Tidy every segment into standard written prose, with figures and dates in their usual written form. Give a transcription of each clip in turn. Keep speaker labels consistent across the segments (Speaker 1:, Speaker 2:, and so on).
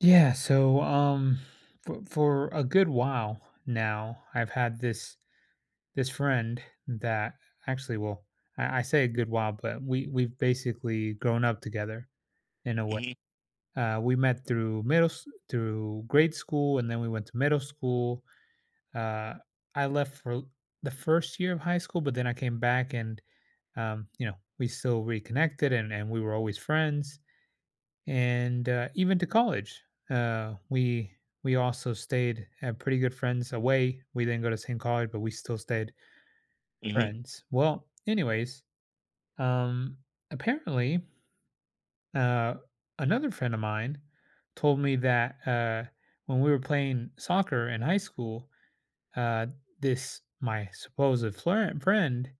Speaker 1: Yeah, so for a good while now, I've had this friend that actually I say a good while, but we've basically grown up together in a way.
Speaker 2: Mhm,
Speaker 1: We met through through grade school, and then we went to middle school. Uh, I left for the first year of high school, but then I came back, and you know, we still reconnected, and we were always friends and even to college. Uh, we we also stayed pretty good friends away. We didn't go to the same college, but we still stayed
Speaker 2: mhm,
Speaker 1: friends. Well, anyways, um, apparently, uh, another friend of mine told me that when we were playing soccer in high school, uh, this my supposed friend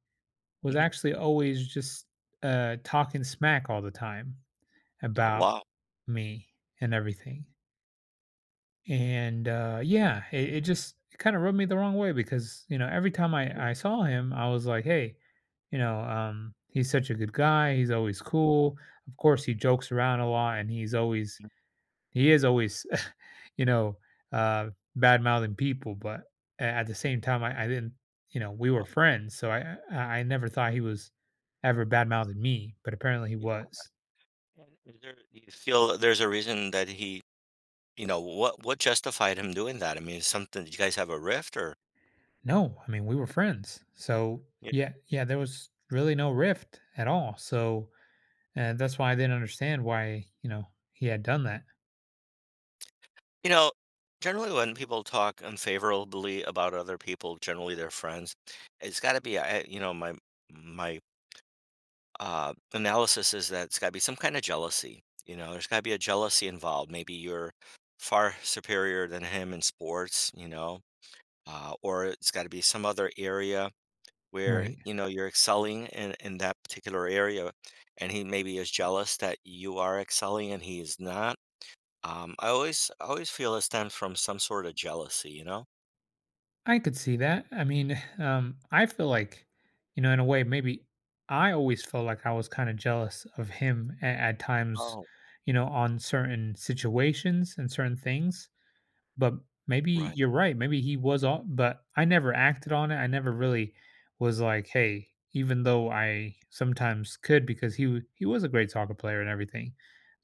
Speaker 1: was
Speaker 2: mhm.
Speaker 1: actually always just talking smack all the time
Speaker 2: Oh,
Speaker 1: about
Speaker 2: wow.
Speaker 1: me and everything. And, yeah, it just kinda rubbed me the wrong way because, you know, every time I saw him, I was like, "Hey," "he's such a good guy, he's always cool." Of course, he jokes around a lot, and he is always, you know, uh, bad-mouthing people, but a at the same time, I didn't you know, we
Speaker 2: Oh,
Speaker 1: were friends, so I never thought he was ever bad-mouthing me, but apparently he
Speaker 2: yeah,
Speaker 1: was.
Speaker 2: and is there do you feel there's a reason that he what justified him doing that? I mean, is something did you guys have a rift or
Speaker 1: No, I mean, we were friends. So,
Speaker 2: Yeah.
Speaker 1: yeah, there was really no rift at all. So, that's why I didn't understand why, you know, he had done that.
Speaker 2: You know, generally when people talk unfavorably about other people, generally their friends, it's gotta be my analysis is that it's gotta be some kinda jealousy, you know? There's gotta be a jealousy involved. Maybe you're far superior than him in sports, or it's gotta be some other area where,
Speaker 1: Right.
Speaker 2: you're excelling in that particular area, and he maybe is jealous that you are excelling and he is not. I always feel it stems from some sort of jealousy, you know?
Speaker 1: I could see that. I mean, I feel like, you know, in a way, maybe I always felt like I was kind of jealous of him at times,
Speaker 2: Oh.
Speaker 1: you know, on certain situations and certain things. But maybe
Speaker 2: Right.
Speaker 1: you're right, maybe he was all but I never acted on it, I never really was like, "Hey," even though I sometimes could because he was a great soccer player and everything,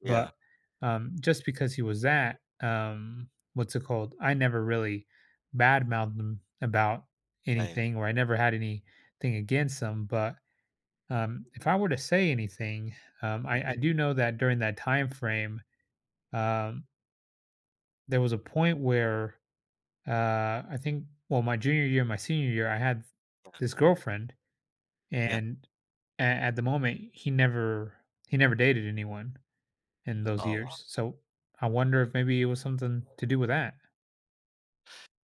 Speaker 2: Yeah.
Speaker 1: but, just because he was that, what's it called? I never really badmouthed him about
Speaker 2: Right.
Speaker 1: anything or I never had anything against him, but, if I were to say anything, um, I
Speaker 2: Mhm.
Speaker 1: I do know that during that time frame, um, there was a point where I think, well, my junior year, my senior year, I had this girlfriend,
Speaker 2: Yeah.
Speaker 1: and at the moment, he never dated anyone in those
Speaker 2: Oh, wow.
Speaker 1: years. So I wonder if maybe it was something to do with that.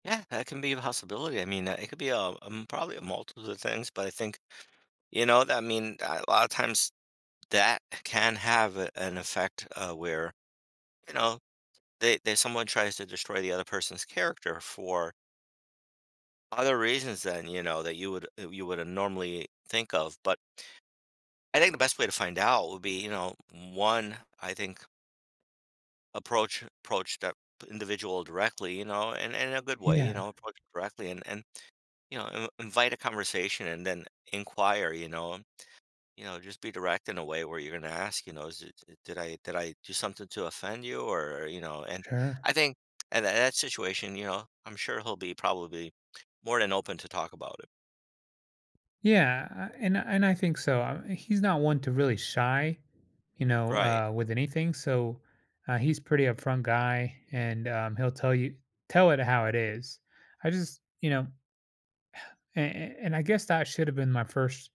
Speaker 2: Yeah, that can be a possibility. I mean, it could be probably a multitude of things, but I think, I mean, a lot of times that can have an effect where, you know, they someone tries to destroy the other person's character for other reasons then, that you wouldn't normally think of, but I think the best way to find out would be, one, I think approach that individual directly, and in a good way,
Speaker 1: Yeah,
Speaker 2: approach it directly and invite a conversation and then inquire, just be direct in a way where you're going to ask, is it, did I do something to offend you or, and
Speaker 1: sure.
Speaker 2: I think in that situation, I'm sure he'll be probably more than open to talk about it.
Speaker 1: Yeah, and I think so. He's not one to really shy, you know,
Speaker 2: Right.
Speaker 1: with anything. So he's pretty upfront guy, and he'll tell you tell it how it is. I just, you know, and I guess that should have been my first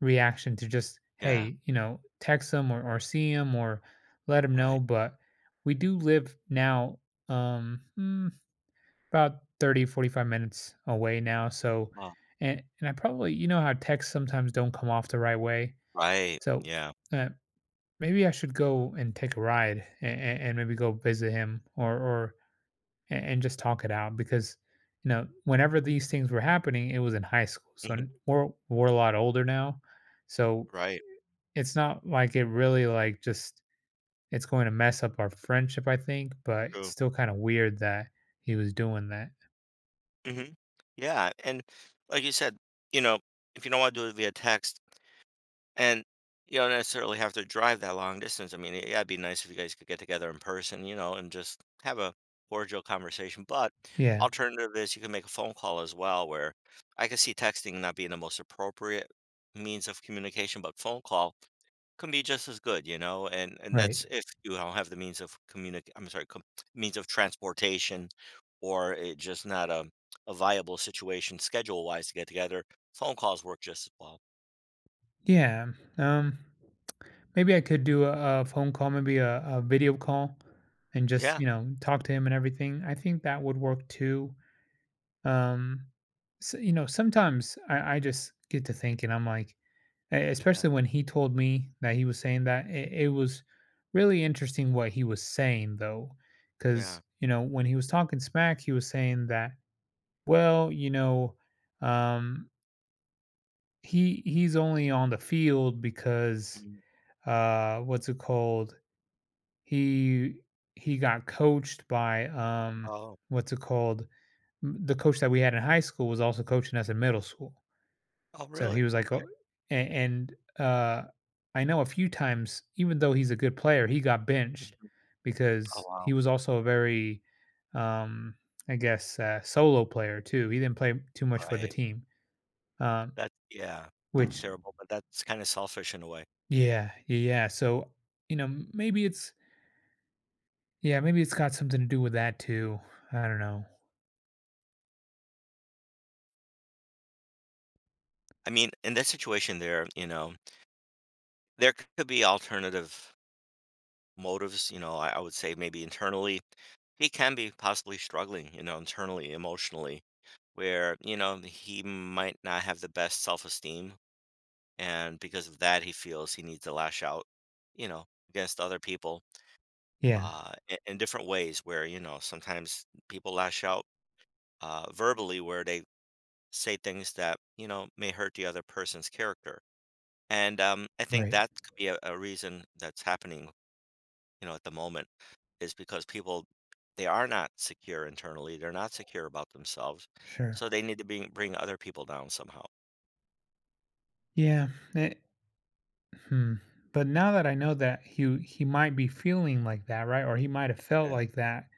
Speaker 1: reaction to just,
Speaker 2: Yeah.
Speaker 1: hey, you know, text them or see them or let them
Speaker 2: Right.
Speaker 1: know. But we do live now um, mm, about 30-45 minutes away now. So,
Speaker 2: Oh,
Speaker 1: and I probably, you know how texts sometimes don't come off the right way.
Speaker 2: right.
Speaker 1: So
Speaker 2: Yeah.
Speaker 1: uh, maybe I should go and take a ride and maybe go visit him or, and just talk it out because you know, whenever these things were happening, it was in high school. So
Speaker 2: Mhm.
Speaker 1: we're a lot older now. So
Speaker 2: Right.
Speaker 1: it's not like it really like just it's going to mess up our friendship, I think, but it's
Speaker 2: True.
Speaker 1: still kind of weird that he was doing that.
Speaker 2: Mhm. Yeah, and like you said, you know, if you don't wanna do it via text and you don't necessarily have to drive that long distance, I mean, yeah, it'd be nice if you guys could get together in person, and just have a cordial conversation, but
Speaker 1: Yeah,
Speaker 2: alternative is you can make a phone call as well where I could see texting not being the most appropriate means of communication, but phone call can be just as good, and
Speaker 1: right.
Speaker 2: that's if you don't have the means of communic I'm sorry, com means of transportation or it just not a viable situation schedule-wise to get together, phone calls work just as well.
Speaker 1: Yeah. Um maybe I could do a phone call, maybe a video call and just,
Speaker 2: Yeah,
Speaker 1: you know, talk to him and everything. I think that would work too. Um so, you know, sometimes I just get to thinking, I'm like, E
Speaker 2: yeah,
Speaker 1: especially when he told me that he was saying that, it was really interesting what he was saying though,
Speaker 2: yeah.
Speaker 1: because you know, when he was talking smack, he was saying that, "Well, you know, um, he's only on the field because,
Speaker 2: Mm.
Speaker 1: what's it called? He he got coached by,
Speaker 2: Oh,
Speaker 1: what's it called? M the coach that we had in high school was also coaching us in middle school."
Speaker 2: oh,
Speaker 1: So
Speaker 2: really?
Speaker 1: he was like,
Speaker 2: Okay.
Speaker 1: oh, a- and I know a few times, even though he's a good player, he got benched
Speaker 2: Mhm. Oh,
Speaker 1: because he
Speaker 2: wow.
Speaker 1: was also a very, um, I guess, solo player too. He didn't play too much for the
Speaker 2: Right.
Speaker 1: team, um,
Speaker 2: That Yeah, that's
Speaker 1: which,
Speaker 2: terrible, but that's kinda selfish in a way.
Speaker 1: yeah. So you know, maybe it's yeah, maybe it's got something to do with that too. I don't know.
Speaker 2: I mean, in that situation there, there could be alternative motives, I would say maybe internally, he can be possibly struggling, internally, emotionally, where, he might not have the best self esteem. And because of that, he feels he needs to lash out, against other people
Speaker 1: Yeah,
Speaker 2: in different ways where, sometimes people lash out verbally where they say things that, may hurt the other person's character. And I think
Speaker 1: right,
Speaker 2: that could be a reason that's happening, at the moment is because people they are not secure internally. They're not secure about themselves,
Speaker 1: sure.
Speaker 2: so they need to bring other people down somehow.
Speaker 1: Yeah. it- hmm. But now that I know that he might be feeling like that, right? Or he might have felt
Speaker 2: Yeah,
Speaker 1: like that.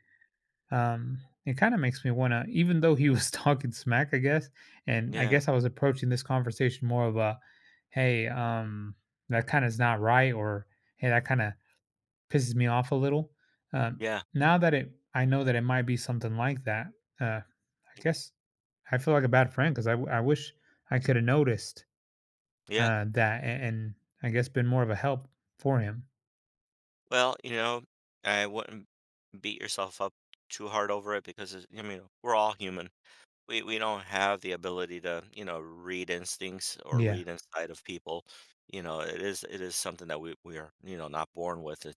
Speaker 1: It kind of makes me want to, even though he was talking smack, I guess, and I
Speaker 2: yeah,
Speaker 1: guess I was approaching this conversation more of a, hey, that kind of is not right, or hey, that kind of pisses me off a little. Um,
Speaker 2: yeah,
Speaker 1: now that it, I know that it might be something like that. Uh, I guess I feel like a bad friend because I wish I could have noticed
Speaker 2: yeah.
Speaker 1: that and I guess been more of a help for him.
Speaker 2: Well, I wouldn't beat yourself up too hard over it because I mean we're all human. We don't have the ability to read instincts or
Speaker 1: Yeah.
Speaker 2: read inside of people. It is something that we are not born with,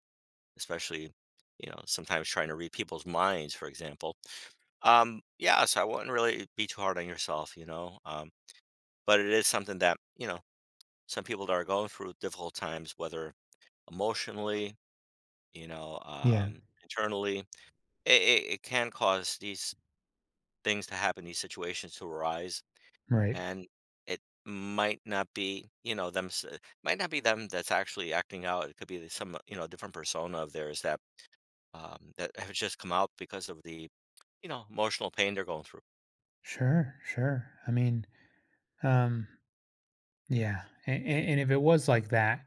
Speaker 2: especially sometimes trying to read people's minds, for example. Yeah, so I wouldn't really be too hard on yourself. But it is something that, some people that are going through difficult times, whether emotionally,
Speaker 1: Yeah.
Speaker 2: internally, it can cause these things to happen, these situations to arise,
Speaker 1: Right.
Speaker 2: and it might not be, them, might not be them that's actually acting out. It could be some, different persona of theirs that have just come out because of the, emotional pain they're going through.
Speaker 1: Sure. Sure. I mean, um, yeah, and if it was like that,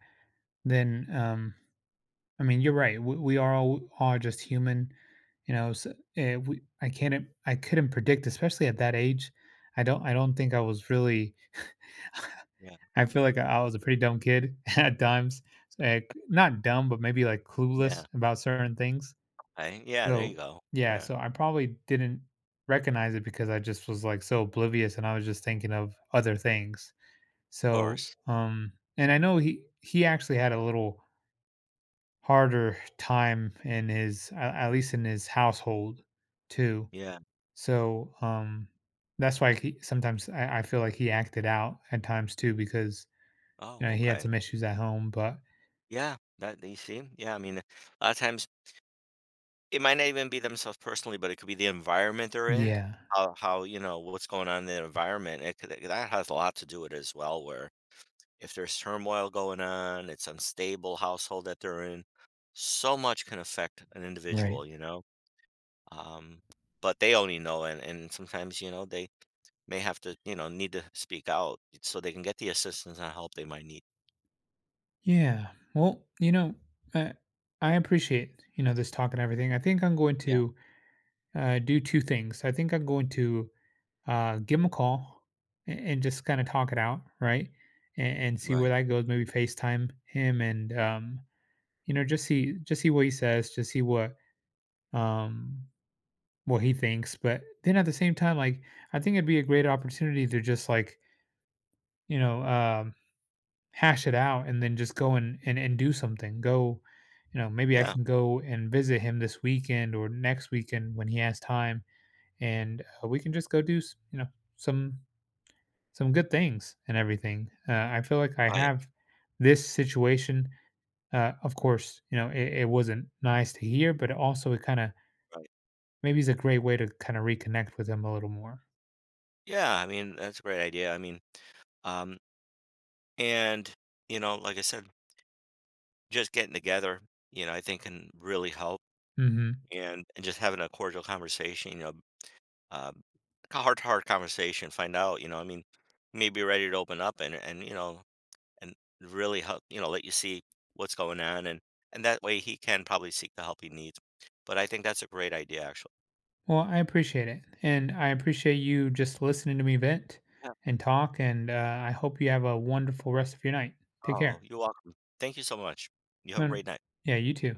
Speaker 1: then I mean, you're right. We are all are just human, you know. So, I can't, I couldn't predict, especially at that age. I don't think I was really.
Speaker 2: Yeah,
Speaker 1: I feel like I was a pretty dumb kid at times. Like not dumb, but maybe like
Speaker 2: yeah.
Speaker 1: clueless about certain things.
Speaker 2: Okay, yeah, there you
Speaker 1: So
Speaker 2: go.
Speaker 1: yeah,
Speaker 2: Yeah, of
Speaker 1: so I probably didn't recognize it because I just was like so oblivious, and I was just thinking of other things. So,
Speaker 2: course.
Speaker 1: and I know he actually had a little harder time in his at least in his household too.
Speaker 2: Yeah.
Speaker 1: So, that's why he, sometimes I feel like he acted out at times too because you
Speaker 2: Oh,
Speaker 1: know he had
Speaker 2: okay.
Speaker 1: some issues at home. But
Speaker 2: Yeah, that you see? Yeah, I mean, a lot of times it might not even be themselves personally, but it could be the environment they're in.
Speaker 1: yeah,
Speaker 2: How, what's going on in the environment. That has a lot to do with it as well, where if there's turmoil going on, it's unstable household that they're in, so much can affect an
Speaker 1: right,
Speaker 2: individual, you know? Um, but they only know and sometimes, they may have to, need to speak out so they can get the assistance and help they might need.
Speaker 1: yeah. Well, you know, I, I appreciate you know this talk and everything. I think I'm going
Speaker 2: Yeah,
Speaker 1: to do two things. I think I'm going to give them a call and just kind of talk it out, right? And see where
Speaker 2: right.
Speaker 1: that goes. Maybe FaceTime him and you know, just see what he says, just see um what he thinks. But then at the same time, like I think it'd be a great opportunity to just like, you know, hash it out and then just go and do something. Go, you know, maybe I
Speaker 2: Yeah,
Speaker 1: can go and visit him this weekend or next weekend when he has time and we can just go do, you know, some some good things and everything. I feel like I
Speaker 2: right,
Speaker 1: have this situation. Of course, you know it, it wasn't nice to hear, but also it kind of
Speaker 2: right.
Speaker 1: maybe is a great way to kind of reconnect with him a little more.
Speaker 2: Yeah, I mean, that's a great idea. I mean, um, and like I said, just getting together, I think can really help,
Speaker 1: hmm
Speaker 2: and just having a cordial conversation, um, a heart to heart conversation, find out, I mean, maybe ready to open up and really help, let you see what's going on, and that way he can probably seek the help he needs. But I think that's a great idea, actually.
Speaker 1: Well, I appreciate it, and I appreciate you just listening to me vent
Speaker 2: Yeah.
Speaker 1: and talk. And I hope you have a wonderful rest of your night. Take
Speaker 2: Oh,
Speaker 1: care.
Speaker 2: you're welcome. Thank you so much. You have a
Speaker 1: Um,
Speaker 2: great night.
Speaker 1: yeah, you too.